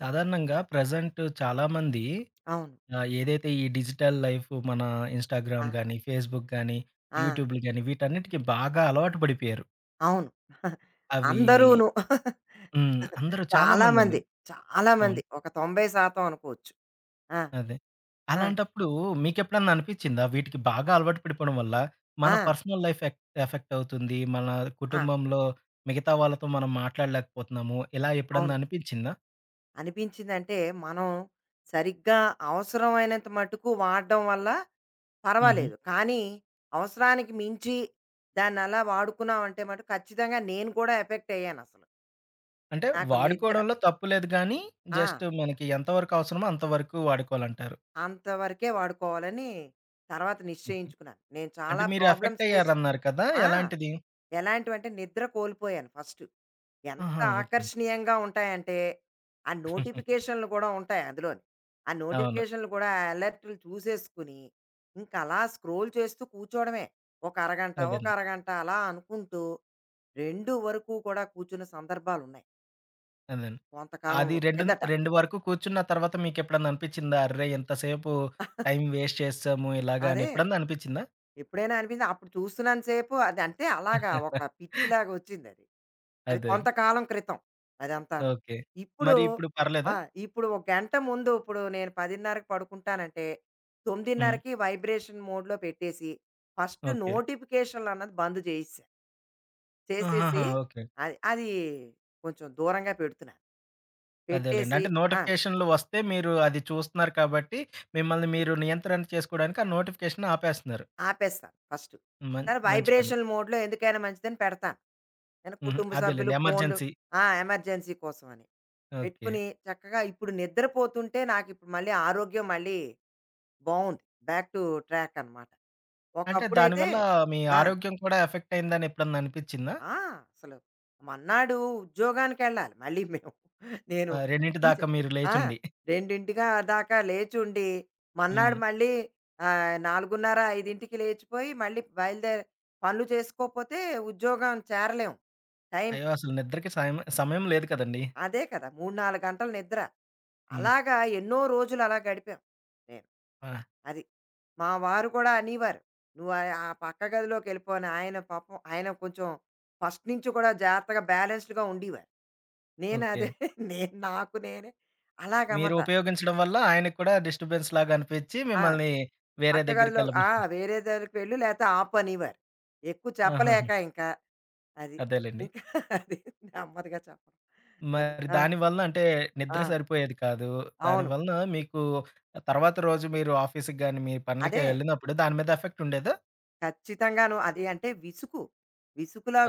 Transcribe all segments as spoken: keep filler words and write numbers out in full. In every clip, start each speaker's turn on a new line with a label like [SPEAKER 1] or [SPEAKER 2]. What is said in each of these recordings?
[SPEAKER 1] సాధారణంగా ప్రెజెంట్ చాలామంది,
[SPEAKER 2] అవును.
[SPEAKER 1] ఆహ్, ఏదైతే ఈ డిజిటల్ లైఫ్ మన
[SPEAKER 2] ఆ!
[SPEAKER 1] ఇన్‌స్టాగ్రామ్ గాని, ఫేస్‌బుక్ గాని,
[SPEAKER 2] ఆ!
[SPEAKER 1] యూట్యూబ్‌లు గాని వీటన్నిటికి బాగా అలవాటు పడిపోయారు.
[SPEAKER 2] అవును.
[SPEAKER 1] అవి.
[SPEAKER 2] అందరూను.
[SPEAKER 1] హ్మ్. అందరూ
[SPEAKER 2] చాలా
[SPEAKER 1] చాలామందండి.
[SPEAKER 2] మంది, చాలా మంది.
[SPEAKER 1] అవును.
[SPEAKER 2] ఒక తొంభై శాతం అనుకోవచ్చు. ఆ!
[SPEAKER 1] అదే.
[SPEAKER 2] ఆ!
[SPEAKER 1] అలాంటప్పుడు మీకెప్పుడన్నా అనిపిచ్చిందా? వీటికి బాగా అలవాటు పడిపోవడం వల్ల మన
[SPEAKER 2] ఆ!
[SPEAKER 1] పర్సనల్ లైఫ్ ఎఫ్ ఎఫెక్ట్ అవుతుంది. మన
[SPEAKER 2] ఆ!
[SPEAKER 1] కుటుంబంలో మిగతా వాళ్ళతో మనం మాట్లాడలేకపోతున్నాము. ఇలా ఎప్పుడన్నా
[SPEAKER 2] అవును.
[SPEAKER 1] అనిపిచ్చిందా?
[SPEAKER 2] అనిపించిందంటే, మనం సరిగ్గా అవసరమైనంత మటుకు వాడడం వల్ల
[SPEAKER 1] హుహు.
[SPEAKER 2] పర్వాలేదు. కానీ, అవసరానికి మించి దాన్నలా వాడుకున్నామంటే మటుకు ఖచ్చితంగా నేను కూడా ఎఫెక్ట్ అయ్యానసలు.
[SPEAKER 1] అంటే
[SPEAKER 2] నాకు నిద్ర
[SPEAKER 1] వాడుకోవడంలో తప్పు లేదు గానీ,
[SPEAKER 2] ఆ!
[SPEAKER 1] జస్ట్ మనకి ఎంతవరకు అవసరమో అంతవరకు వాడుకోవాలంటారు.
[SPEAKER 2] అంతవరకే వాడుకోవాలని తర్వాత
[SPEAKER 1] ఓకే.
[SPEAKER 2] నిశ్చయించుకున్నాను. నేను
[SPEAKER 1] అంటే
[SPEAKER 2] చాలా
[SPEAKER 1] మీరు ఎఫెక్ట్
[SPEAKER 2] ప్రాబ్లమ్స్ ఫేస్
[SPEAKER 1] అయ్యారన్నారు కదా!
[SPEAKER 2] ఆ!
[SPEAKER 1] ఎలాంటిది?
[SPEAKER 2] ఎలాంటివంటే నిద్ర కోల్పోయాను ఫస్ట్. ఎంత
[SPEAKER 1] ఆహా! ఓకే.
[SPEAKER 2] ఆకర్షణీయంగా ఉంటాయంటే, ఆ నోటిఫికేషన్‌లు గూడా ఉంటాయి అందులోని. ఆ
[SPEAKER 1] అవును.
[SPEAKER 2] నోటిఫికేషన్‌లు కూడా అలర్ట్‌లు చూసేసుకుని, ఇంకలా స్క్రోల్ చేస్తూ కూర్చోవడమే. ఒక అరగంట, ఒక
[SPEAKER 1] అదేనండి.
[SPEAKER 2] అరగంట అలా అనుకుంటూ రెండు వరకు కూడా కూర్చున్న సందర్భాలున్నాయి.
[SPEAKER 1] అదేనండి.
[SPEAKER 2] కొంతకాలం
[SPEAKER 1] అది రెండు,
[SPEAKER 2] కిందట.
[SPEAKER 1] రెండు వరకు కూర్చున్న తర్వాత మీకెప్పుడన్నా అనిపిచ్చిందా? అర్రే! ఇంతసేపు టైం వేస్ట్ చేసాము ఇలాగా అని
[SPEAKER 2] అదే.
[SPEAKER 1] ఎప్పుడన్నా అనిపిచ్చిందా?
[SPEAKER 2] ఎప్పుడైనా అనిపించిందా? అప్పుడు చూస్తున్నంత సేపు అది అంటే అలాగా ఒక పిచ్చిలాగా వచ్చింది అది. అది
[SPEAKER 1] అదే.
[SPEAKER 2] కొంతకాలం క్రితం అదంతాను.
[SPEAKER 1] ఓకే.
[SPEAKER 2] ఇప్పుడు
[SPEAKER 1] మరి ఇప్పుడు పర్లేదా?
[SPEAKER 2] ఆ! ఇప్పుడు ఒక గంట ముందు ఇప్పుడు నేను 10:30కి పడుకుంటానంటే
[SPEAKER 1] హ్మ్.
[SPEAKER 2] 9:30కి వైబ్రేషన్ మోడ్‌లో పెట్టేసి ఫస్ట్
[SPEAKER 1] ఓకే.
[SPEAKER 2] నోటిఫికేషన్‌లు అన్నది బంద్ చేసేసా. చేసేసి
[SPEAKER 1] ఆహాహా! ఓకే.
[SPEAKER 2] అది అది కొంచెం దూరంగా పెడుతున్నాను.
[SPEAKER 1] అదేలెండి.
[SPEAKER 2] పెట్టేసి
[SPEAKER 1] అంటే
[SPEAKER 2] ఆ!
[SPEAKER 1] నోటిఫికేషన్‌లు వస్తే మీరు అది చూస్తున్నారు కాబట్టి, మిమ్మల్ని మీరు నియంత్రణ చేసుకోవడానికి ఆ నోటిఫికేషన్ ఆపేస్తున్నారు.
[SPEAKER 2] ఆపేస్తాను ఫస్టు.
[SPEAKER 1] మం
[SPEAKER 2] తర్వాత
[SPEAKER 1] మంచి పని.
[SPEAKER 2] వైబ్రేషన్ మోడ్‌లో ఎందుకైనా మంచిదని పెడతాను. నేను
[SPEAKER 1] హుహు.
[SPEAKER 2] కుటుంబ సభ్యులు
[SPEAKER 1] అదేలెండి.
[SPEAKER 2] ఫోన్‌లు
[SPEAKER 1] ఎమర్జెన్సీ.
[SPEAKER 2] ఆ! ఎమర్జెన్సీ కోసమని.
[SPEAKER 1] ఓకే.
[SPEAKER 2] పెట్టుకుని చక్కగా ఇప్పుడు నిద్రపోతుంటే నాకిప్పుడు మళ్ళీ ఆరోగ్యం మళ్ళీ బావుంది. బ్యాక్ టు ట్రాక్ అనమాట.
[SPEAKER 1] అంటే
[SPEAKER 2] ఒకప్పుడైతే
[SPEAKER 1] దానివల్ల మీ
[SPEAKER 2] ఆ!
[SPEAKER 1] ఆరోగ్యం కూడా ఎఫెక్ట్ అయిందని ఎప్పుడన్నా అనిపిచ్చిందా?
[SPEAKER 2] ఆ! అసలు మర్నాడు ఉద్యోగానికెళ్ళాలి మళ్ళీ మేము. నేను
[SPEAKER 1] ఆహ్, రెండు దాకా
[SPEAKER 2] టీచర్
[SPEAKER 1] మీరు
[SPEAKER 2] ఆ!
[SPEAKER 1] లేచుండి.
[SPEAKER 2] రెండుగా దాకా లేచుండి,
[SPEAKER 1] హ్మ్.
[SPEAKER 2] మర్నాడు మళ్ళీ ఆహ్, నాలుగున్నర, ఐదుకి లేచిపోయి మళ్ళీ బయలుదేరి పనులు చేసుకోపోతే ఉద్యోగం చేరలేం. టైంకి
[SPEAKER 1] అయ్యో! అసలు నిద్రకి సాయం సమయం లేదు కదండీ.
[SPEAKER 2] అదే కదా! మూడు, నాలుగు గంటలు నిద్ర.
[SPEAKER 1] హ్మ్.
[SPEAKER 2] అలాగా ఎన్నో రోజులు అలా గడిపాం నేను.
[SPEAKER 1] ఆ!
[SPEAKER 2] అది. మా వారు కూడా అనేవారు. "నువ్వు ఆ ఆ పక్క గదిలోకి వెళ్ళిపో" అని. ఆయన పాపం ఆయన కొంచెం ఫస్ట్ నుంచి కూడా జాగ్రత్తగా బ్యాలెన్స్డ్‌గా ఉండేవారు. నేను
[SPEAKER 1] ఓకే.
[SPEAKER 2] అదే నేను నాకు నేనే
[SPEAKER 1] మీరు
[SPEAKER 2] అలాగమాట.
[SPEAKER 1] ఉపయోగించడం వల్ల ఆయనకి కూడా డిస్టర్బెన్స్ లాగా అనిపిచ్చి
[SPEAKER 2] ఆ!
[SPEAKER 1] మిమ్మల్ని వేరే
[SPEAKER 2] పక్క గదిలో
[SPEAKER 1] దగ్గరికెళ్ళమని.
[SPEAKER 2] ఆ! వేరే దగ్గరికి వెళ్ళు లేతే ఆపు అనేవారు. ఎక్కువ
[SPEAKER 1] ఆహాహా!
[SPEAKER 2] చెప్పలేక ఇంకా అది.
[SPEAKER 1] అదేలెండి.
[SPEAKER 2] ఇంకా అది నెమ్మదిగా చెప్పడం. అది.
[SPEAKER 1] మరి
[SPEAKER 2] ఆ!
[SPEAKER 1] దాని వలన అంటే
[SPEAKER 2] ఆ!
[SPEAKER 1] నిద్ర సరిపోయేది కాదు. దాని
[SPEAKER 2] అవును.
[SPEAKER 1] వలన మీకు తర్వాత రోజు మీరు ఆఫీస్‌కి గాని, మీ పనులకి
[SPEAKER 2] అదే.
[SPEAKER 1] వెళ్ళినప్పుడు దాని మీద ఎఫెక్ట్ ఉండేదా?
[SPEAKER 2] ఖచ్చితంగాను. అది అంటే విసుకు.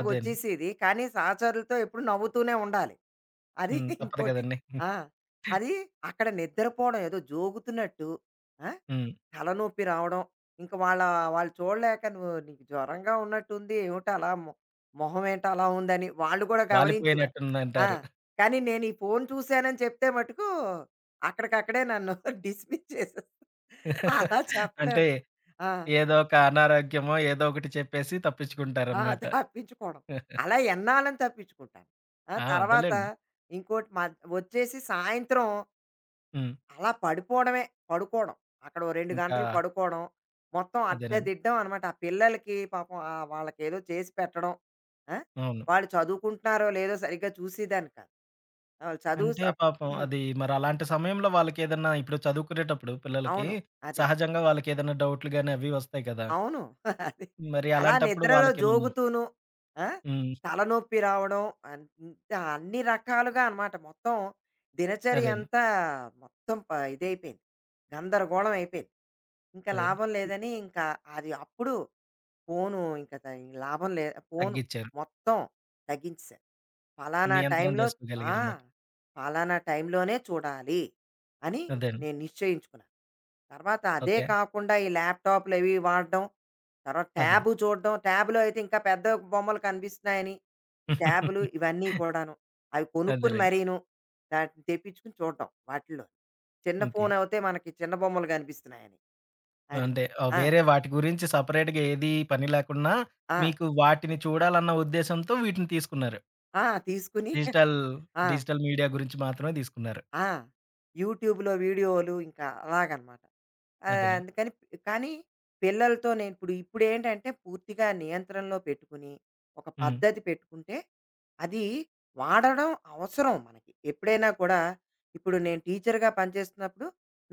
[SPEAKER 1] అదేండి.
[SPEAKER 2] కానీ సహచరులతో ఎప్పుడు నవ్వుతూనే ఉండాలి. అది
[SPEAKER 1] హ్మ్. తప్పదు
[SPEAKER 2] ఇంకోటి
[SPEAKER 1] గదండీ.
[SPEAKER 2] ఆ! అది అక్కడ నిద్రపోవడం ఏదో జోగుతున్నట్టు ఆ!
[SPEAKER 1] హ్మ్.
[SPEAKER 2] తలనొప్పి రావడం. ఇంక వాళ్ళ వాళ్ళు చూడలేక "నువ్వు నీకు జ్వరంగా ఉన్నట్టుంది. ఏమిటి అలా మొ మొహం ఏంటి అలా ఉందని" వాళ్ళు కూడా గమనించేవారు. ఆ!
[SPEAKER 1] వాలిపోయినట్టుందంటారు.
[SPEAKER 2] కానీ నేను ఈ ఫోను చూశానని చెప్తే మటుకు అక్కడికక్కడే నన్ను డిస్మిస్ చేసేస్తారు. అలా చెప్పలేం
[SPEAKER 1] అంటే
[SPEAKER 2] కదా! ఆ!
[SPEAKER 1] ఏదో ఒక అనారోగ్యమో ఏదో ఒకటి చెప్పేసి
[SPEAKER 2] ఆ!
[SPEAKER 1] తప్పించుకుంటారనమాట.
[SPEAKER 2] తప్పించుకోవడం. అలా ఎన్నాళ్ళని తప్పించుకుంటాను. ఆ!
[SPEAKER 1] ఆ!
[SPEAKER 2] తర్వాత
[SPEAKER 1] అదేలెండి.
[SPEAKER 2] ఇంకోటి మద్ వచ్చేసి సాయంత్రం
[SPEAKER 1] హ్మ్.
[SPEAKER 2] అలా పడిపోవడమే, పడుకోవడం. అక్కడ ఓ రెండు
[SPEAKER 1] ఇంకా
[SPEAKER 2] గంటలు పడుకోవడం. మొత్తం
[SPEAKER 1] అదేనండి.
[SPEAKER 2] అద్దదిడ్డం అనమాట. ఆ పిల్లలకి పాపం ఆహ్, వాళ్ళకేదో చేసి పెట్టడం. ఆ!
[SPEAKER 1] అవును.
[SPEAKER 2] వాళ్ళు చదువుకుంటున్నారో లేదో సరిగ్గా చూసేదాన్ని కాదు. ఆహ్, చదువు స
[SPEAKER 1] అంటే పాపం అది మరి అలాంటి సమయంలో వాళ్ళకేదన్నా ఇప్పుడు చదువుకునేటప్పుడు పిల్లలకి
[SPEAKER 2] అవును. అదే.
[SPEAKER 1] సహజంగా వాళ్ళకేదైనా డౌట్‌లు గాని అవి వస్తాయి కదా!
[SPEAKER 2] అవును. అది.
[SPEAKER 1] మరి
[SPEAKER 2] అలా
[SPEAKER 1] అలాంటప్పుడు
[SPEAKER 2] నిద్రలో
[SPEAKER 1] వాళ్ళకేమన్నా.
[SPEAKER 2] జోగుతూను ఆ!
[SPEAKER 1] హ్మ్.
[SPEAKER 2] తలనొప్పి రావడం అంత అన్ని రకాలుగా అనమాట. మొత్తం దినచర్య
[SPEAKER 1] అదేండి.
[SPEAKER 2] అంతా మొత్తం ప ఇదైపోయింది. గందరగోళం అయిపోయింది. ఇంకా
[SPEAKER 1] అదేండి.
[SPEAKER 2] లాభం లేదని ఇంకా అది అప్పుడు ఫోను ఇంక త లాభం లే ఫోను
[SPEAKER 1] తగ్గిచ్చారు.
[SPEAKER 2] మొత్తం తగ్గించేశాను. పలానా
[SPEAKER 1] నియంత్రణ
[SPEAKER 2] టైంలో ఆ!
[SPEAKER 1] జేసుకోగలిగారనమాట.
[SPEAKER 2] పలానా టైంలోనే చూడాలి అని
[SPEAKER 1] అదేండి.
[SPEAKER 2] నేను నిశ్చయించుకున్నాను. తర్వాత అదే
[SPEAKER 1] ఓకే.
[SPEAKER 2] కాకుండా ఈ ల్యాప్‌టాప్‌లవి వాడడం, తర్వాత
[SPEAKER 1] అదేండి.
[SPEAKER 2] ట్యాబు చూడడం. ట్యాబ్‌లో అయితే ఇంకా పెద్ద బొమ్మలు కనిపిస్తున్నాయని, ఈ ట్యాబులు ఇవన్నీ కూడాను. అవి కొనుక్కొని
[SPEAKER 1] అదేలెండి.
[SPEAKER 2] మరీను దాటిని తెప్పించుకొని చూడడం వాటిల్లో. చిన్న
[SPEAKER 1] ఓకే.
[SPEAKER 2] ఫోన్ అవుతే మనకి చిన్న బొమ్మలు కనిపిస్తున్నాయని. అది.
[SPEAKER 1] అంటే ఆహ్,
[SPEAKER 2] ఆ!
[SPEAKER 1] వేరే వాటి గురించి సెపరేట్‌గా ఏది పని లేకున్నా,
[SPEAKER 2] ఆ!
[SPEAKER 1] మీకు వాటిని చూడాలన్న ఉద్దేశంతో వీటిని తీసుకున్నారు.
[SPEAKER 2] ఆ! తీసుకుని
[SPEAKER 1] డిజిటల్
[SPEAKER 2] ఆ!
[SPEAKER 1] డిజిటల్ మీడియా గురించి మాత్రమే తీసుకున్నారు.
[SPEAKER 2] ఆ! యూట్యూబ్‌లో వీడియోలు ఇంకా అలాగనమాట. ఆహ్,
[SPEAKER 1] అదేనండి.
[SPEAKER 2] అందుకని కానీ పిల్లలతో నేను ఇప్పుడు ఇప్పుడేంటంటే పూర్తిగా నియంత్రణలో పెట్టుకుని, ఒక
[SPEAKER 1] హ్మ్.
[SPEAKER 2] పద్ధతి పెట్టుకుంటే అది వాడడం అవసరం మనకి. ఎప్పుడైనా కూడా ఇప్పుడు నేను టీచర్‌గా పనిచేస్తున్నప్పుడు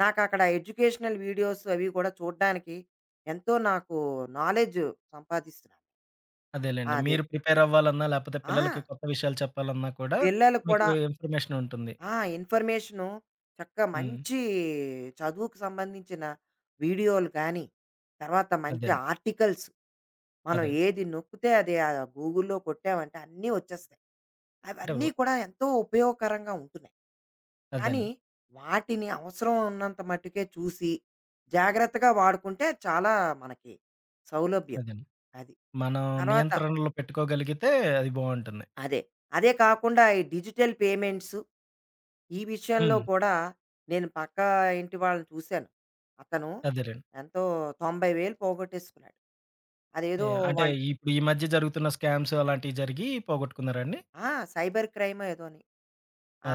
[SPEAKER 2] నాకక్కడ ఎడ్యుకేషనల్ వీడియోస్ అవి కూడా చూడ్డానికి ఎంతో నాకు నాలెడ్జ్ సంపాదిస్తున్నాను.
[SPEAKER 1] అదేలెండి.
[SPEAKER 2] అదే.
[SPEAKER 1] మీరు ప్రిపేర్ అవ్వాలన్నా, లేపోతే పిల్లలకి
[SPEAKER 2] ఆ!
[SPEAKER 1] కొత్త విషయాలు చెప్పాలన్నా కూడా
[SPEAKER 2] పిల్లలు
[SPEAKER 1] మీకు
[SPEAKER 2] కూడా
[SPEAKER 1] ఇన్ఫర్మేషన్ ఉంటుంది.
[SPEAKER 2] ఆ! ఇన్ఫర్మేషను చక్కగా
[SPEAKER 1] హ్మ్.
[SPEAKER 2] మంచి చదువుకు సంబంధించిన వీడియోలు కానీ, తర్వాత మంచి
[SPEAKER 1] అదేండి.
[SPEAKER 2] ఆర్టికల్స్ మనం
[SPEAKER 1] అదే.
[SPEAKER 2] ఏది నొక్కితే అది ఆ గూగుల్‌లో కొట్టామంటే అన్నీ వచ్చేస్తాయి.
[SPEAKER 1] అంటే ఓ
[SPEAKER 2] అవన్నీ కూడా ఎంతో ఉపయోగకరంగా ఉంటున్నాయి. కానీ
[SPEAKER 1] అదేండి.
[SPEAKER 2] వాటిని అవసరం ఉన్నంత మట్టుకే చూసి, జాగ్రత్తగా వాడుకుంటే చాలా మనకి సౌలభ్యం.
[SPEAKER 1] అదేనండి.
[SPEAKER 2] అది.
[SPEAKER 1] మనం
[SPEAKER 2] తర్వాత
[SPEAKER 1] నియంత్రణలో పెట్టుకోగలిగితే అది బావుంటుంది.
[SPEAKER 2] అదే. అదే కాకుండా ఈ డిజిటల్ పేమెంట్స్, ఈ విషయంలో
[SPEAKER 1] హ్మ్.
[SPEAKER 2] కూడా నేను పక్కా ఇంటి వాళ్ళని చూశాను. అతను
[SPEAKER 1] అదేలెండి.
[SPEAKER 2] ఎంతో తొంభై వేలు పోగొట్టేసుకున్నాడు. అదేదో
[SPEAKER 1] యాహ్! అంటే
[SPEAKER 2] వాళ్ళు
[SPEAKER 1] ఇప్పుడు ఈ మధ్య జరుగుతున్న స్కామ్స్ అలాంటివి జరిగి పోగొట్టుకున్నారా అండి?
[SPEAKER 2] ఆ! సైబర్ క్రైమో ఏదోని.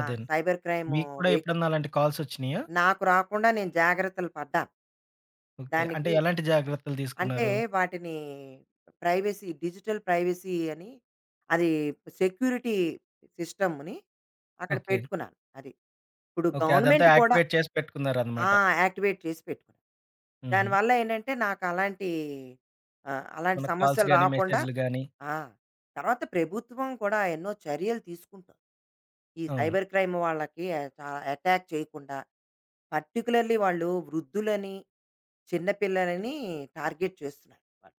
[SPEAKER 2] ఆ! సైబర్ క్రైము
[SPEAKER 1] మీకు కూడా
[SPEAKER 2] వె
[SPEAKER 1] ఎప్పుడన్నా అలాంటి కాల్సొచ్చినాయా?
[SPEAKER 2] నాకు రాకుండా నేను జాగ్రత్తలు పడ్డాను.
[SPEAKER 1] ఓకే. అంటే
[SPEAKER 2] దానికి
[SPEAKER 1] ఎలాంటి జాగ్రత్తలు
[SPEAKER 2] అంటే
[SPEAKER 1] తీసుకున్నారు?
[SPEAKER 2] వాటిని ప్రైవసీ డిజిటల్ ప్రైవసీ అని అది సెక్యూరిటీ సిస్టమ్‌ని అక్కడ
[SPEAKER 1] ఓకే.
[SPEAKER 2] పెట్టుకున్నాను. అది. ఇప్పుడు
[SPEAKER 1] ఓకే. అదంతా
[SPEAKER 2] గవర్నమెంట్ కూడా
[SPEAKER 1] యాక్టివేట్ చేసి
[SPEAKER 2] ఆ!
[SPEAKER 1] పెట్టుకున్నారనమాట.
[SPEAKER 2] యాక్టివేట్ చేసి పెట్టుకున్నాను.
[SPEAKER 1] హుహు.
[SPEAKER 2] దానివల్ల ఏంటంటే నాకలాంటి ఆహ్, అలాంటి
[SPEAKER 1] మన కాల్స్
[SPEAKER 2] సమస్యలు
[SPEAKER 1] గాని,
[SPEAKER 2] రాకుండా
[SPEAKER 1] మెసేజ్‌లు గాని.
[SPEAKER 2] ఆ! తర్వాత ప్రభుత్వం కూడా ఎన్నో చర్యలు తీసుకుంటోంది. ఈ
[SPEAKER 1] అవును.
[SPEAKER 2] సైబర్ క్రైమ్ వాళ్ళకి చా అటాక్ చేయకుండా పర్టిక్యులర్‌లీ వాళ్ళు వృద్ధులని, చిన్న పిల్లలని టార్గెట్ చేస్తున్నారు వాళ్ళు.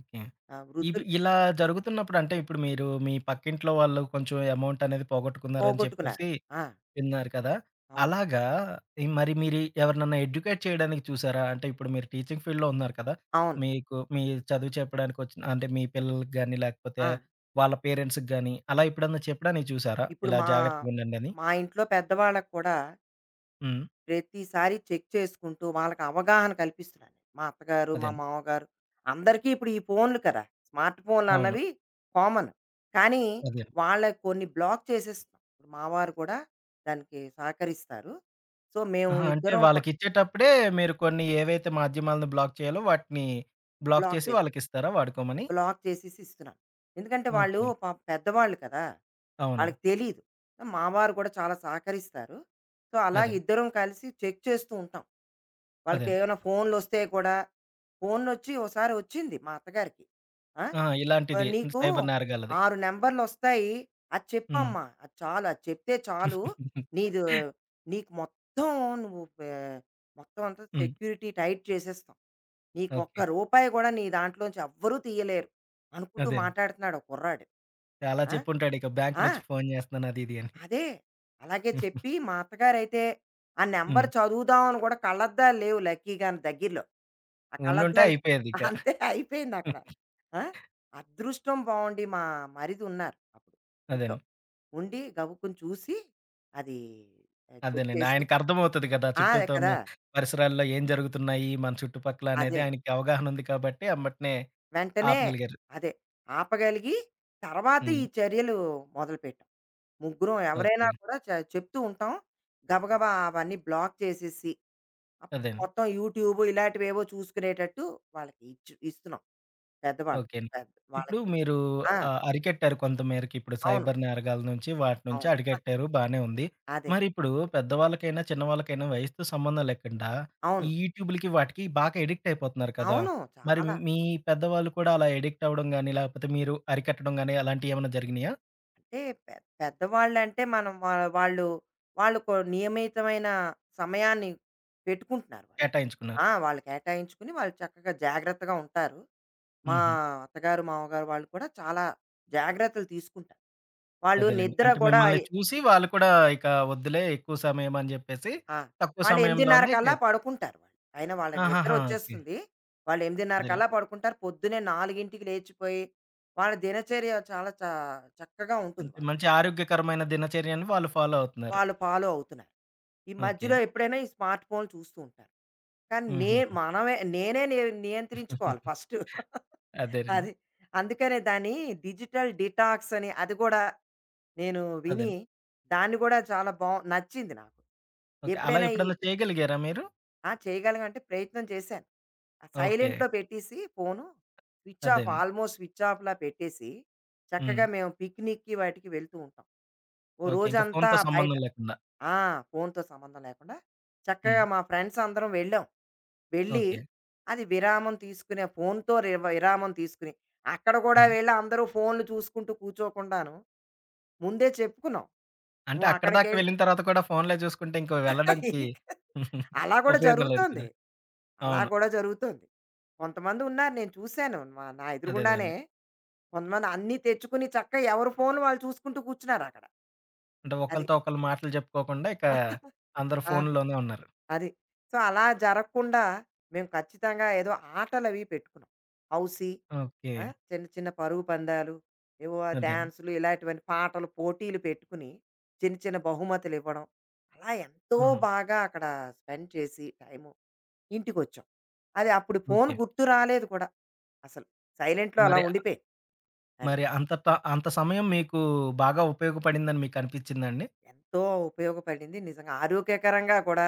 [SPEAKER 1] ఓకే.
[SPEAKER 2] ఆ!
[SPEAKER 1] ఇవి
[SPEAKER 2] వృద్ధులు
[SPEAKER 1] ఇలా జరుగుతున్నప్పుడు అంటే ఇప్పుడు మీరు మీ పక్కింట్లో వాళ్ళు కొంచెం అమౌంట్ అనేది పోగొట్టుకున్నారని
[SPEAKER 2] పోగొట్టుకున్నారు.
[SPEAKER 1] చెప్పేసి
[SPEAKER 2] ఆ!
[SPEAKER 1] విన్నారు కదా!
[SPEAKER 2] అవును.
[SPEAKER 1] అలాగా ఈ మరి మీరు ఎవరినన్నా ఎడ్యుకేట్ చేయడానికి చూసారా? అంటే ఇప్పుడు మీరు టీచింగ్ ఫీల్డ్‌లో ఉన్నారు కదా!
[SPEAKER 2] అవును.
[SPEAKER 1] మీకు మీ చదువు చెప్పడానికొచ్చిన అంటే మీ పిల్లలకి గాని, లేకపోతే
[SPEAKER 2] ఆ!
[SPEAKER 1] వాళ్ళ పేరెంట్స్‌కి గాని, అలా ఎప్పుడన్నా చెప్పడానికి చూసారా?
[SPEAKER 2] ఇప్పుడు
[SPEAKER 1] ఇలా
[SPEAKER 2] మా
[SPEAKER 1] జాగ్రత్తగుండండని.
[SPEAKER 2] మా ఇంట్లో పెద్దవాళ్ళకి కూడా
[SPEAKER 1] హ్మ్.
[SPEAKER 2] ప్రతిసారి చెక్ చేసుకుంటూ వాళ్ళకి అవగాహన కల్పిస్తున్నాను. నేను. మా అత్తగారు, మా
[SPEAKER 1] అదేండి.
[SPEAKER 2] మామగారు అందరికీ ఇప్పుడు ఈ ఫోన్‌లు కదా! స్మార్ట్ ఫోన్‌లు
[SPEAKER 1] అవును.
[SPEAKER 2] అన్నవి కామన్. కానీ
[SPEAKER 1] అదే.
[SPEAKER 2] వాళ్ళకి కొన్ని బ్లాక్ చేసేస్తున్నాం. ఇప్పుడు మా వారు కూడా దానికి సహకరిస్తారు. సో, మేము
[SPEAKER 1] అహా! అంటే
[SPEAKER 2] ఇద్దరం కూ
[SPEAKER 1] వాళ్ళకిచ్చేటప్పుడే మీరు కొన్ని ఏవైతే మాధ్యమాలను బ్లాక్ చేయాలో వాటిని బ్లాక్
[SPEAKER 2] బ్లాక్
[SPEAKER 1] చేసి
[SPEAKER 2] చేసి
[SPEAKER 1] వాళ్ళకిస్తారా వాడుకోమని?
[SPEAKER 2] బ్లాక్ చేసేసి ఇస్తున్నాను. ఎందుకంటే వాళ్ళు
[SPEAKER 1] ఓకే.
[SPEAKER 2] పాపం పెద్దవాళ్ళు కదా!
[SPEAKER 1] అవును.
[SPEAKER 2] వాళ్ళకి తెలీదు. మా వారు కూడా చాలా సహకరిస్తారు. సో, అలా
[SPEAKER 1] అదే.
[SPEAKER 2] ఇద్దరం కలిసి చెక్ చేస్తూ ఉంటాం. వాళ్ళకి
[SPEAKER 1] అదేను.
[SPEAKER 2] ఏమైనా ఫోన్లు వస్తే కూడా ఫోన్లొచ్చి ఓసారి వచ్చింది మా అత్తగారికి. ఆ!
[SPEAKER 1] ఆ! ఇలాంటిది
[SPEAKER 2] ఆహ్, "నీకు
[SPEAKER 1] సైబర్ నేరగాళ్ళది.
[SPEAKER 2] ఆరు నంబర్లొస్తాయి. అది
[SPEAKER 1] హ్మ్.
[SPEAKER 2] చెప్పమ్మా. అది చాలు. అది చెప్తే
[SPEAKER 1] హ్మ్.
[SPEAKER 2] చాలు. నీదు నీకు మొత్తం నువ్వు పే మొత్తం అంతా సెక్యూరిటీ టైట్ చేసేస్తాం. నీకు ఒక్క
[SPEAKER 1] ఓకే.
[SPEAKER 2] రూపాయి కూడా నీ దాంట్లోంచి ఎవ్వరూ తీయలేరు" అనుకుంటూ
[SPEAKER 1] అదేనండి.
[SPEAKER 2] మాట్లాడుతున్నాడు ఒక కుర్రాడు.
[SPEAKER 1] చాలా
[SPEAKER 2] ఆ!
[SPEAKER 1] చెప్పుంటాడిక బ్యాంక్
[SPEAKER 2] ఆ!
[SPEAKER 1] నుంచి ఫోను జేస్తున్నాను అది ఇది అని.
[SPEAKER 2] అదే. అలాగే చెప్పి మా అత్తగారైతే ఆ నంబర్
[SPEAKER 1] హ్మ్.
[SPEAKER 2] చదువుదాం అని కూడా కళ్ళద్దాలు లేవు లక్కీగాను దగ్గరలో. ఆ
[SPEAKER 1] ఉండుంటే
[SPEAKER 2] కళ్ళద్దాలు
[SPEAKER 1] అయిపోయేదిక.
[SPEAKER 2] అంతే అయిపోయిందక్కడ. ఆ! అదృష్టం బావుండి మా మరిదున్నారు అప్పుడు ఇంట్లో.
[SPEAKER 1] అదేనండి.
[SPEAKER 2] ఉండి గబుక్కున చూసి అది ఆహ్, చెక్
[SPEAKER 1] అదేనండి.
[SPEAKER 2] చేసి
[SPEAKER 1] ఆయనకర్థమవుతది గదా!
[SPEAKER 2] ఆ! అదే
[SPEAKER 1] చుట్టూతో ఉన్న
[SPEAKER 2] కదా!
[SPEAKER 1] పరిసరాల్లో ఏం జరుగుతున్నాయి, మన చుట్టుపక్కల అనేది
[SPEAKER 2] అదే.
[SPEAKER 1] ఆయనకి అవగాహన ఉంది కాబట్టి, ఎమ్మటనే
[SPEAKER 2] వెంటనే
[SPEAKER 1] ఆపగలిగారు.
[SPEAKER 2] అదే ఆపగలిగి తర్వాత
[SPEAKER 1] హ్మ్.
[SPEAKER 2] ఈ చర్యలు మొదలుపెట్టాం. ముగ్గురం ఎవరైనా
[SPEAKER 1] ఓకే.
[SPEAKER 2] కూడా చె చెప్తూ ఉంటాం. గబగబా అవన్నీ బ్లాక్ చేసేసి అప్పుడు
[SPEAKER 1] అదేనండి.
[SPEAKER 2] మొత్తం యూట్యూబ్ ఇలాంటివేవో చూసుకునేటట్టు వాళ్ళకి ఇచ్చు ఇస్తున్నాం. పెద్దవాళ్ళకి.
[SPEAKER 1] ఓకే అండి.
[SPEAKER 2] పెద్ద
[SPEAKER 1] ఇప్పుడు
[SPEAKER 2] వాళ్ళకి
[SPEAKER 1] మీరు
[SPEAKER 2] ఆ!
[SPEAKER 1] ఆహ్, అరికట్టారు కొంతమేరకి. ఇప్పుడు
[SPEAKER 2] అవును.
[SPEAKER 1] సైబర్ నేరగాల నుంచి వాటి నుంచి
[SPEAKER 2] అవును.
[SPEAKER 1] అరికట్టారు బానే ఉంది.
[SPEAKER 2] అదే.
[SPEAKER 1] మరి ఇప్పుడు పెద్దవాళ్ళకైనా, చిన్నవాళ్ళకైనా వయసుతో సంబంధం లేకుండా ఈ
[SPEAKER 2] అవును.
[SPEAKER 1] యూట్యూబ్‌లకి వాటికి బాగా ఎడిక్ట్ అయిపోతున్నారు కదా!
[SPEAKER 2] అవును.
[SPEAKER 1] మరి
[SPEAKER 2] చాలా.
[SPEAKER 1] మీ పెద్దవాళ్ళు కూడా అలా ఎడిక్ట్ అవ్వడం గాని, లేకపోతే మీరు అరికట్టడం గాని అలాంటియేమన్నా జరిగినాయా?
[SPEAKER 2] అంటే పె పెద్దవాళ్ళంటే మనం వా వాళ్ళు వాళ్ళు కొ నియమితమైన సమయాన్ని పెట్టుకుంటున్నారు వాళ్ళు.
[SPEAKER 1] కేటాయించుకున్నారు.
[SPEAKER 2] ఆ! వాళ్ళు కేటాయించుకుని వాళ్ళు చక్కగా జాగ్రత్తగా ఉంటారు. మా
[SPEAKER 1] హుహు.
[SPEAKER 2] అత్తగారు, మామగారు వాళ్ళు కూడా చాలా జాగ్రత్తలు తీసుకుంటారు. వాళ్ళు
[SPEAKER 1] అదేలెండి.
[SPEAKER 2] నిద్ర
[SPEAKER 1] అంటే
[SPEAKER 2] గూడా
[SPEAKER 1] మిమ్మల్ని చూసి వాళ్ళు కూడా ఇక వద్దులే ఎక్కువ సమయం అని జెప్పేసి
[SPEAKER 2] ఆ!
[SPEAKER 1] తక్కువ
[SPEAKER 2] వాళ్ళు ఎనిమిదిన్నర
[SPEAKER 1] సమయంలోనే
[SPEAKER 2] కల్లా
[SPEAKER 1] కే
[SPEAKER 2] పడుకుంటారు వాళ్ళు. అయినా వాళ్ళ నిద్ర
[SPEAKER 1] ఆహాహా! ఓకే.
[SPEAKER 2] వచ్చేస్తుంది. వాళ్ళు ఎనిమిదిన్నర
[SPEAKER 1] అదేలెండి.
[SPEAKER 2] కల్లా పడుకుంటారు. పొద్దున్నే నాలుగుకి లేచిపోయి, వాళ్ళ దినచర్య చాలా చ చక్కగా ఉంటుంది
[SPEAKER 1] అంతే.
[SPEAKER 2] వాళ్ళది.
[SPEAKER 1] మంచి ఆరోగ్యకరమైన దినచర్యని వాళ్ళు ఫాలో అవుతున్నారు.
[SPEAKER 2] వాళ్ళు ఫాలో అవుతున్నారు. ఈ
[SPEAKER 1] ఓకే.
[SPEAKER 2] మధ్యలో ఎప్పుడైనా ఈ స్మార్ట్ ఫోన్లు చూస్తూ ఉంటారు. కానీ నే
[SPEAKER 1] హుహు.
[SPEAKER 2] మనమే నేనే ని నియంత్రించుకోవాలి ఫస్ట్.
[SPEAKER 1] అదేనండి.
[SPEAKER 2] అది. అందుకనే దాన్ని డిజిటల్ డిటాక్స్ అని అది కూడా నేను విని,
[SPEAKER 1] అదేండి.
[SPEAKER 2] దాన్ని కూడా చాలా బావు నచ్చింది నాకు.
[SPEAKER 1] ఓకే. అలా
[SPEAKER 2] ఎప్పుడైనా ఈ
[SPEAKER 1] ఎప్పుడన్నా చేయగలిగారా మీరు?
[SPEAKER 2] ఆ! చేయగలిగాం అంటే ప్రయత్నం చేశాను. ఆ
[SPEAKER 1] ఓకే.
[SPEAKER 2] సైలెంట్‌లో పెట్టేసి ఫోను, స్విచ్ ఆఫ్
[SPEAKER 1] అదేండి.
[SPEAKER 2] ఆల్మోస్ట్ స్విచ్ ఆఫ్‌లా పెట్టేసి,
[SPEAKER 1] హ్మ్.
[SPEAKER 2] చక్కగా మేము పిక్నిక్‌కి వాటికి వెళ్తూ ఉంటాం. ఓ
[SPEAKER 1] ఓకే. ఇంక
[SPEAKER 2] రోజంతా
[SPEAKER 1] ఫోనుతో
[SPEAKER 2] బయట
[SPEAKER 1] సంబంధం లేకుండా.
[SPEAKER 2] ఆ! ఫోనుతో సంబంధం లేకుండా
[SPEAKER 1] హ్మ్.
[SPEAKER 2] చక్కగా మా ఫ్రెండ్స్ అందరం వెళ్ళాం. వెళ్ళి
[SPEAKER 1] ఓకే.
[SPEAKER 2] అది విరామం తీసుకునే ఫోనుతో రివ విరామం తీసుకుని, అక్కడ కూడా
[SPEAKER 1] హ్మ్.
[SPEAKER 2] వెళ్ళి అందరూ ఫోన్లు చూసుకుంటూ కూర్చోకుండాను, ముందే చెప్పుకున్నాం.
[SPEAKER 1] అంటే
[SPEAKER 2] నువ్వు
[SPEAKER 1] అక్కడిదాకా
[SPEAKER 2] అక్కడికెళ్ళి
[SPEAKER 1] వెళ్ళిన తర్వాత కూడా ఫోనులే చూసుకుంటే ఇంక వెళ్ళడానికి
[SPEAKER 2] అలా కూడా
[SPEAKER 1] ఉపయోగం లేదు కదా!
[SPEAKER 2] జరుగుతోంది. అలా
[SPEAKER 1] అవును.
[SPEAKER 2] కూడా జరుగుతోంది. కొంతమంది ఉన్నారు నేను చూశాను. మా నా
[SPEAKER 1] అదే
[SPEAKER 2] ఎదురుగుండానే
[SPEAKER 1] అదేండి.
[SPEAKER 2] కొంతమంది అన్నీ తెచ్చుకుని చక్కగా ఎవరి ఫోన్‌లు వాళ్ళు చూసుకుంటూ కూర్చున్నారక్కడ.
[SPEAKER 1] అంటే
[SPEAKER 2] అది.
[SPEAKER 1] ఒకళ్ళతో ఒకళ్ళు మాటలు చెప్పుకోకుండా ఇక అందరూ
[SPEAKER 2] ఆ!
[SPEAKER 1] ఫోనుల్లోనే ఉన్నారు.
[SPEAKER 2] అది. సో, అలా జరగకుండా మేము ఖచ్చితంగా ఏదో ఆటలవి పెట్టుకున్నాం. Housie
[SPEAKER 1] okay.
[SPEAKER 2] ఆ! చిన్న చిన్న పరుగు పందాలు, ఏవో
[SPEAKER 1] అదేండి.
[SPEAKER 2] డాన్సులు ఇలాంటివన్నీ పాటలు పోటీలు పెట్టుకుని చిన్న చిన్న బహుమతులివ్వడం. అలా ఎంతో
[SPEAKER 1] హుహు.
[SPEAKER 2] బాగా అక్కడ స్పెండ్ చేసి టైము ఇంటికొచ్చాం. అది అప్పుడు ఫోను
[SPEAKER 1] ఓకే.
[SPEAKER 2] గుర్తు రాలేదు కూడా అసలు. సైలెంట్‌లో అలా
[SPEAKER 1] మరి
[SPEAKER 2] ఉండిపోయాయి. అది.
[SPEAKER 1] మరి అంత ట అంత సమయం మీకు బాగా ఉపయోగపడిందని మీకనిపిచ్చిందండి?
[SPEAKER 2] ఎంతో ఉపయోగపడింది నిజంగా. ఆరోగ్యకరంగా కూడా,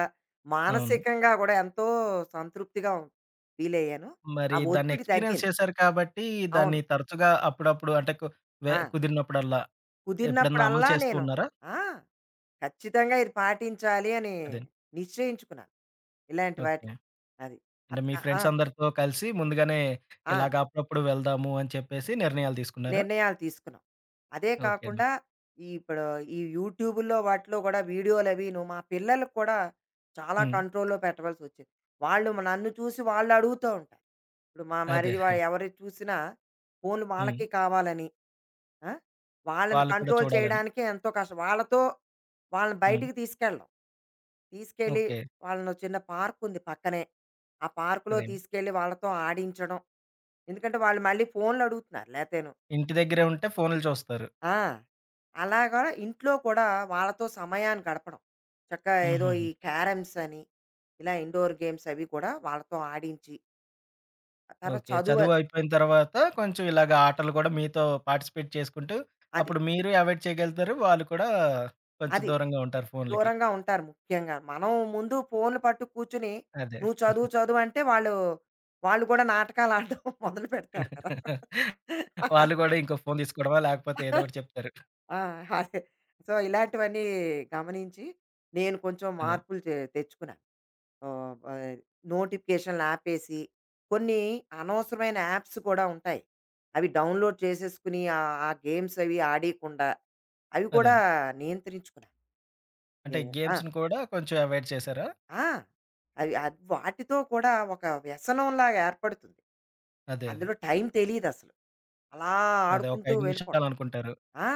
[SPEAKER 1] అవును.
[SPEAKER 2] మానసికంగా కూడా ఎంతో సంతృప్తిగా ఫీలయ్యాను. ఆ
[SPEAKER 1] మరి దాన్ని
[SPEAKER 2] ఒత్తిడి
[SPEAKER 1] ఎక్స్‌పీరియన్స్
[SPEAKER 2] తగ్గింది.
[SPEAKER 1] చేశారు కాబట్టి, దాన్ని
[SPEAKER 2] అవును.
[SPEAKER 1] తరచుగా అప్పుడప్పుడు అంటే కు వె
[SPEAKER 2] ఆ!
[SPEAKER 1] కుదిరినప్పుడల్లా ఎప్పుడన్నా అమలు
[SPEAKER 2] కుదిరినప్పుడల్లా
[SPEAKER 1] చేస్తూ
[SPEAKER 2] నేను
[SPEAKER 1] ఉన్నారా?
[SPEAKER 2] ఆ! ఖచ్చితంగా ఇది పాటించాలి అని
[SPEAKER 1] అదే.
[SPEAKER 2] నిశ్చయించుకున్నాను. ఇలాంటి
[SPEAKER 1] ఓకే.
[SPEAKER 2] వాటికి. అది.
[SPEAKER 1] అంటే
[SPEAKER 2] అత్
[SPEAKER 1] మీ
[SPEAKER 2] ఆ!
[SPEAKER 1] ఫ్రెండ్స్ అందరితో కలిసి ముందుగానే
[SPEAKER 2] ఆ!
[SPEAKER 1] ఇలాగ అప్పుడప్పుడు వెళ్దాము అని చెప్పేసి నిర్ణయాలు తీసుకున్నారా?
[SPEAKER 2] నిర్ణయాలు తీసుకున్నాం. అదే
[SPEAKER 1] ఓకే.
[SPEAKER 2] కాకుండా ఈ ఇప్పుడు ఈ యూట్యూబుల్లో వాటిలో గూడా వీడియోలవీను మా పిల్లలకు కూడా చాలా
[SPEAKER 1] హ్మ్.
[SPEAKER 2] కంట్రోల్‌లో పెట్టవలసొచ్చేది. వాళ్ళు మ నన్ను చూసి వాళ్ళడుగుతా ఉంటారు. ఇప్పుడు మా
[SPEAKER 1] అదే.
[SPEAKER 2] మరిది వా ఎవరిది చూసినా ఫోన్‌లు
[SPEAKER 1] హ్మ్.
[SPEAKER 2] వాళ్ళకి కావాలని ఆ! వాళ్ళని
[SPEAKER 1] వాళ్ళు కూడా
[SPEAKER 2] కంట్రోల్
[SPEAKER 1] చూడాలని.
[SPEAKER 2] చేయడానికి ఎంతో కష్టం. వాళ్ళతో వాళ్ళని
[SPEAKER 1] హ్మ్.
[SPEAKER 2] బయటికి తీసుకెళ్ళడం. తీసుకెళ్ళి
[SPEAKER 1] ఓకే.
[SPEAKER 2] వాళ్ళని ఓ చిన్న పార్కుంది పక్కనే. ఆ పార్కులో
[SPEAKER 1] అదేండి.
[SPEAKER 2] తీసుకెళ్ళి వాళ్ళతో ఆడించడం. ఎందుకంటే వాళ్ళు మళ్ళీ ఫోన్‌లడుగుతున్నారు లేతేను.
[SPEAKER 1] ఇంటి దగ్గరే ఉంటే ఫోన్‌లు చూస్తారు.
[SPEAKER 2] ఆ! అలాగా ఇంట్లో కూడా వాళ్ళతో సమయాన్ని గడపడం. చక్కగా ఏదో
[SPEAKER 1] హుహుహు.
[SPEAKER 2] ఈ క్యారమ్స్ అని, ఇలా ఇండోర్ గేమ్స్ అవి కూడా వాళ్ళతో ఆడించి, ఆ తర్వాత
[SPEAKER 1] ఓకే.
[SPEAKER 2] చదువు
[SPEAKER 1] చదువు
[SPEAKER 2] అది.
[SPEAKER 1] అయిపోయిన తర్వాత కొంచెం ఇలాగ ఆటలు గూడా మీతో పార్టిసిపేట్ చేసుకుంటూ,
[SPEAKER 2] అది.
[SPEAKER 1] అప్పుడు మీరు అవాయిడ్ చేయగలుగుతారు. వాళ్ళు కూడా కొంచెం
[SPEAKER 2] అది
[SPEAKER 1] దూరంగా ఉంటారు ఫోన్‌లకి.
[SPEAKER 2] దూరంగా ఉంటారు ముఖ్యంగా. మనం ముందు ఫోన్‌లు పట్టు కూర్చొని,
[SPEAKER 1] అదే.
[SPEAKER 2] "నువ్వు చదువు చదువు" అంటే వాళ్ళు, వాళ్ళు కూడా నాటకాలు ఆడడం మొదలు పెడతారు కదా!
[SPEAKER 1] వాళ్ళు గూడా ఇంకో ఫోన్ తీసుకోవడమా, లేకపోతే ఏదో ఒకటి చెప్తారు.
[SPEAKER 2] ఆ! అదే. సో, ఇలాంటివన్నీ గమనించి నేను కొంచెం
[SPEAKER 1] అదే.
[SPEAKER 2] మార్పులు తె తెచ్చుకున్నాను. ఆహ్, ఆహ్, నోటిఫికేషన్‌లు ఆపేసి, కొన్ని అనవసరమైన యాప్స్ కూడా ఉంటాయి. అవి డౌన్‌లోడ్ చేసేసుకుని ఆహ్, ఆ గేమ్స్ అవి ఆడీయకుండా, అవి
[SPEAKER 1] అదే
[SPEAKER 2] కూడా
[SPEAKER 1] అండి.
[SPEAKER 2] నియంత్రించుకున్నాను.
[SPEAKER 1] అంటే
[SPEAKER 2] ఏ ఆ!
[SPEAKER 1] గేమ్స్‌ని కూడా కొంచెం అవాయిడ్ చేశారా?
[SPEAKER 2] ఆ! అవి అది వాటితో కూడా ఒక వ్యసనంలాగా ఏర్పడుతుంది.
[SPEAKER 1] అదే. అదే.
[SPEAKER 2] అందులో టైం తెలీదసలు. అలా
[SPEAKER 1] అదే ఒక
[SPEAKER 2] ఆడుకుంటూ
[SPEAKER 1] ఐదు
[SPEAKER 2] వెళ్ళిపోవడం.
[SPEAKER 1] నిమిషాలు అనుకుంటారు.
[SPEAKER 2] ఆ!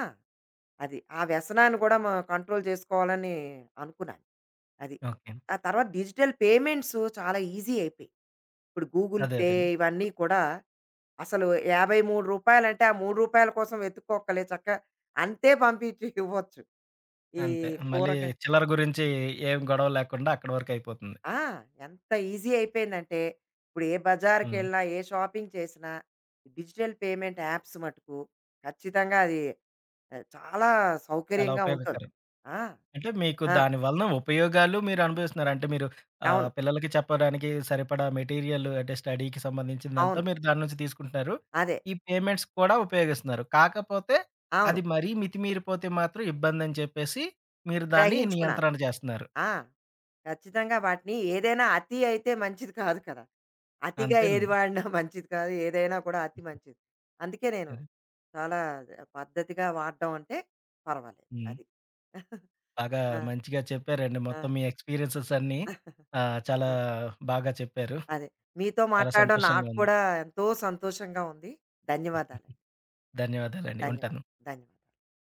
[SPEAKER 2] అది. ఆ వ్యసనాన్ని కూడా మనం కంట్రోల్ చేసుకోవాలని అనుకున్నాను. అది.
[SPEAKER 1] ఓకే.
[SPEAKER 2] ఆ తర్వాత డిజిటల్ పేమెంట్స్ చాలా ఈజీ అయిపోయాయి. ఇప్పుడు గూగుల్
[SPEAKER 1] అదే.
[SPEAKER 2] పే
[SPEAKER 1] అదేండి.
[SPEAKER 2] ఇవన్నీ కూడా అసలు రూ. యాభై మూడు అంటే ఆ రూ. మూడు కోసం వెతుక్కోక్కలే చక్కగా అంతే పంపించి ఇవ్వచ్చు. ఈ
[SPEAKER 1] అంతే. మళ్ళీ
[SPEAKER 2] కూరగాయలు
[SPEAKER 1] చిల్లర గురించి ఏం గొడవ లేకుండా అక్కడి వరకు అయిపోతుంది.
[SPEAKER 2] ఆ! ఎంత ఈజీ అయిపోయిందంటే ఇప్పుడు ఏ
[SPEAKER 1] హ్మ్.
[SPEAKER 2] బజార్‌కెళ్ళినా, ఏ షాపింగ్ చేసినా డిజిటల్ పేమెంట్ యాప్స్ మటుకు ఖచ్చితంగా అది ఆహ్, చాలా
[SPEAKER 1] చాలా
[SPEAKER 2] సౌకర్యంగా ఉంటుంది.
[SPEAKER 1] ఉపయోగకరం.
[SPEAKER 2] ఆ!
[SPEAKER 1] అంటే మీకు
[SPEAKER 2] ఆ!
[SPEAKER 1] దాని వలన ఉపయోగాలు మీరు అనుభవిస్తున్నారు. అంటే మీరు ఆహ్,
[SPEAKER 2] అవును.
[SPEAKER 1] పిల్లలకి చెప్పడానికి సరిపడా మెటీరియల్ అంటే స్టడీకి సంబంధించిందంతా
[SPEAKER 2] అవును.
[SPEAKER 1] మీరు దాని నుంచి తీసుకుంటున్నారు.
[SPEAKER 2] అదే.
[SPEAKER 1] ఈ పేమెంట్స్ కూడా ఉపయోగిస్తున్నారు. కాకపోతే
[SPEAKER 2] అవును.
[SPEAKER 1] అది మరీ మితిమీరిపోతే మాత్రం ఇబ్బందని చెప్పేసి మీరు దాన్ని
[SPEAKER 2] గ్రహించుకున్నాను.
[SPEAKER 1] నియంత్రణ చేస్తున్నారు.
[SPEAKER 2] ఆ! ఖచ్చితంగా వాటిని ఏదైనా అతి అయితే మంచిది కాదు కదా! అతిగా ఏది
[SPEAKER 1] అంతేనండి.
[SPEAKER 2] వాడినా మంచిది కాదు. ఏదైనా కూడా అతి మంచిది. అందుకే నేను
[SPEAKER 1] అది.
[SPEAKER 2] చాలా పద్ధతిగా వాడడం అంటే పర్వాలేదు.
[SPEAKER 1] హ్మ్.
[SPEAKER 2] అది.
[SPEAKER 1] బాగా
[SPEAKER 2] ఆ!
[SPEAKER 1] మంచిగా చెప్పారండి.
[SPEAKER 2] ఆ!
[SPEAKER 1] మొత్తం మీ ఎక్స్‌పీరియన్సెస్ అన్నీ ఆహ్, చాలా
[SPEAKER 2] ఆ!
[SPEAKER 1] బాగా చెప్పారు.
[SPEAKER 2] అదే. మీతో
[SPEAKER 1] చాలా
[SPEAKER 2] మాట్లాడడం
[SPEAKER 1] సంతోషంగా
[SPEAKER 2] నాకు
[SPEAKER 1] ఉంది.
[SPEAKER 2] కూడా ఎంతో సంతోషంగా ఉంది. ధన్యవాదాలండి.
[SPEAKER 1] ధన్యవాదాలండి. ఉంటాను.
[SPEAKER 2] ధన్యవాదాలు. ధన్యవాదాలు.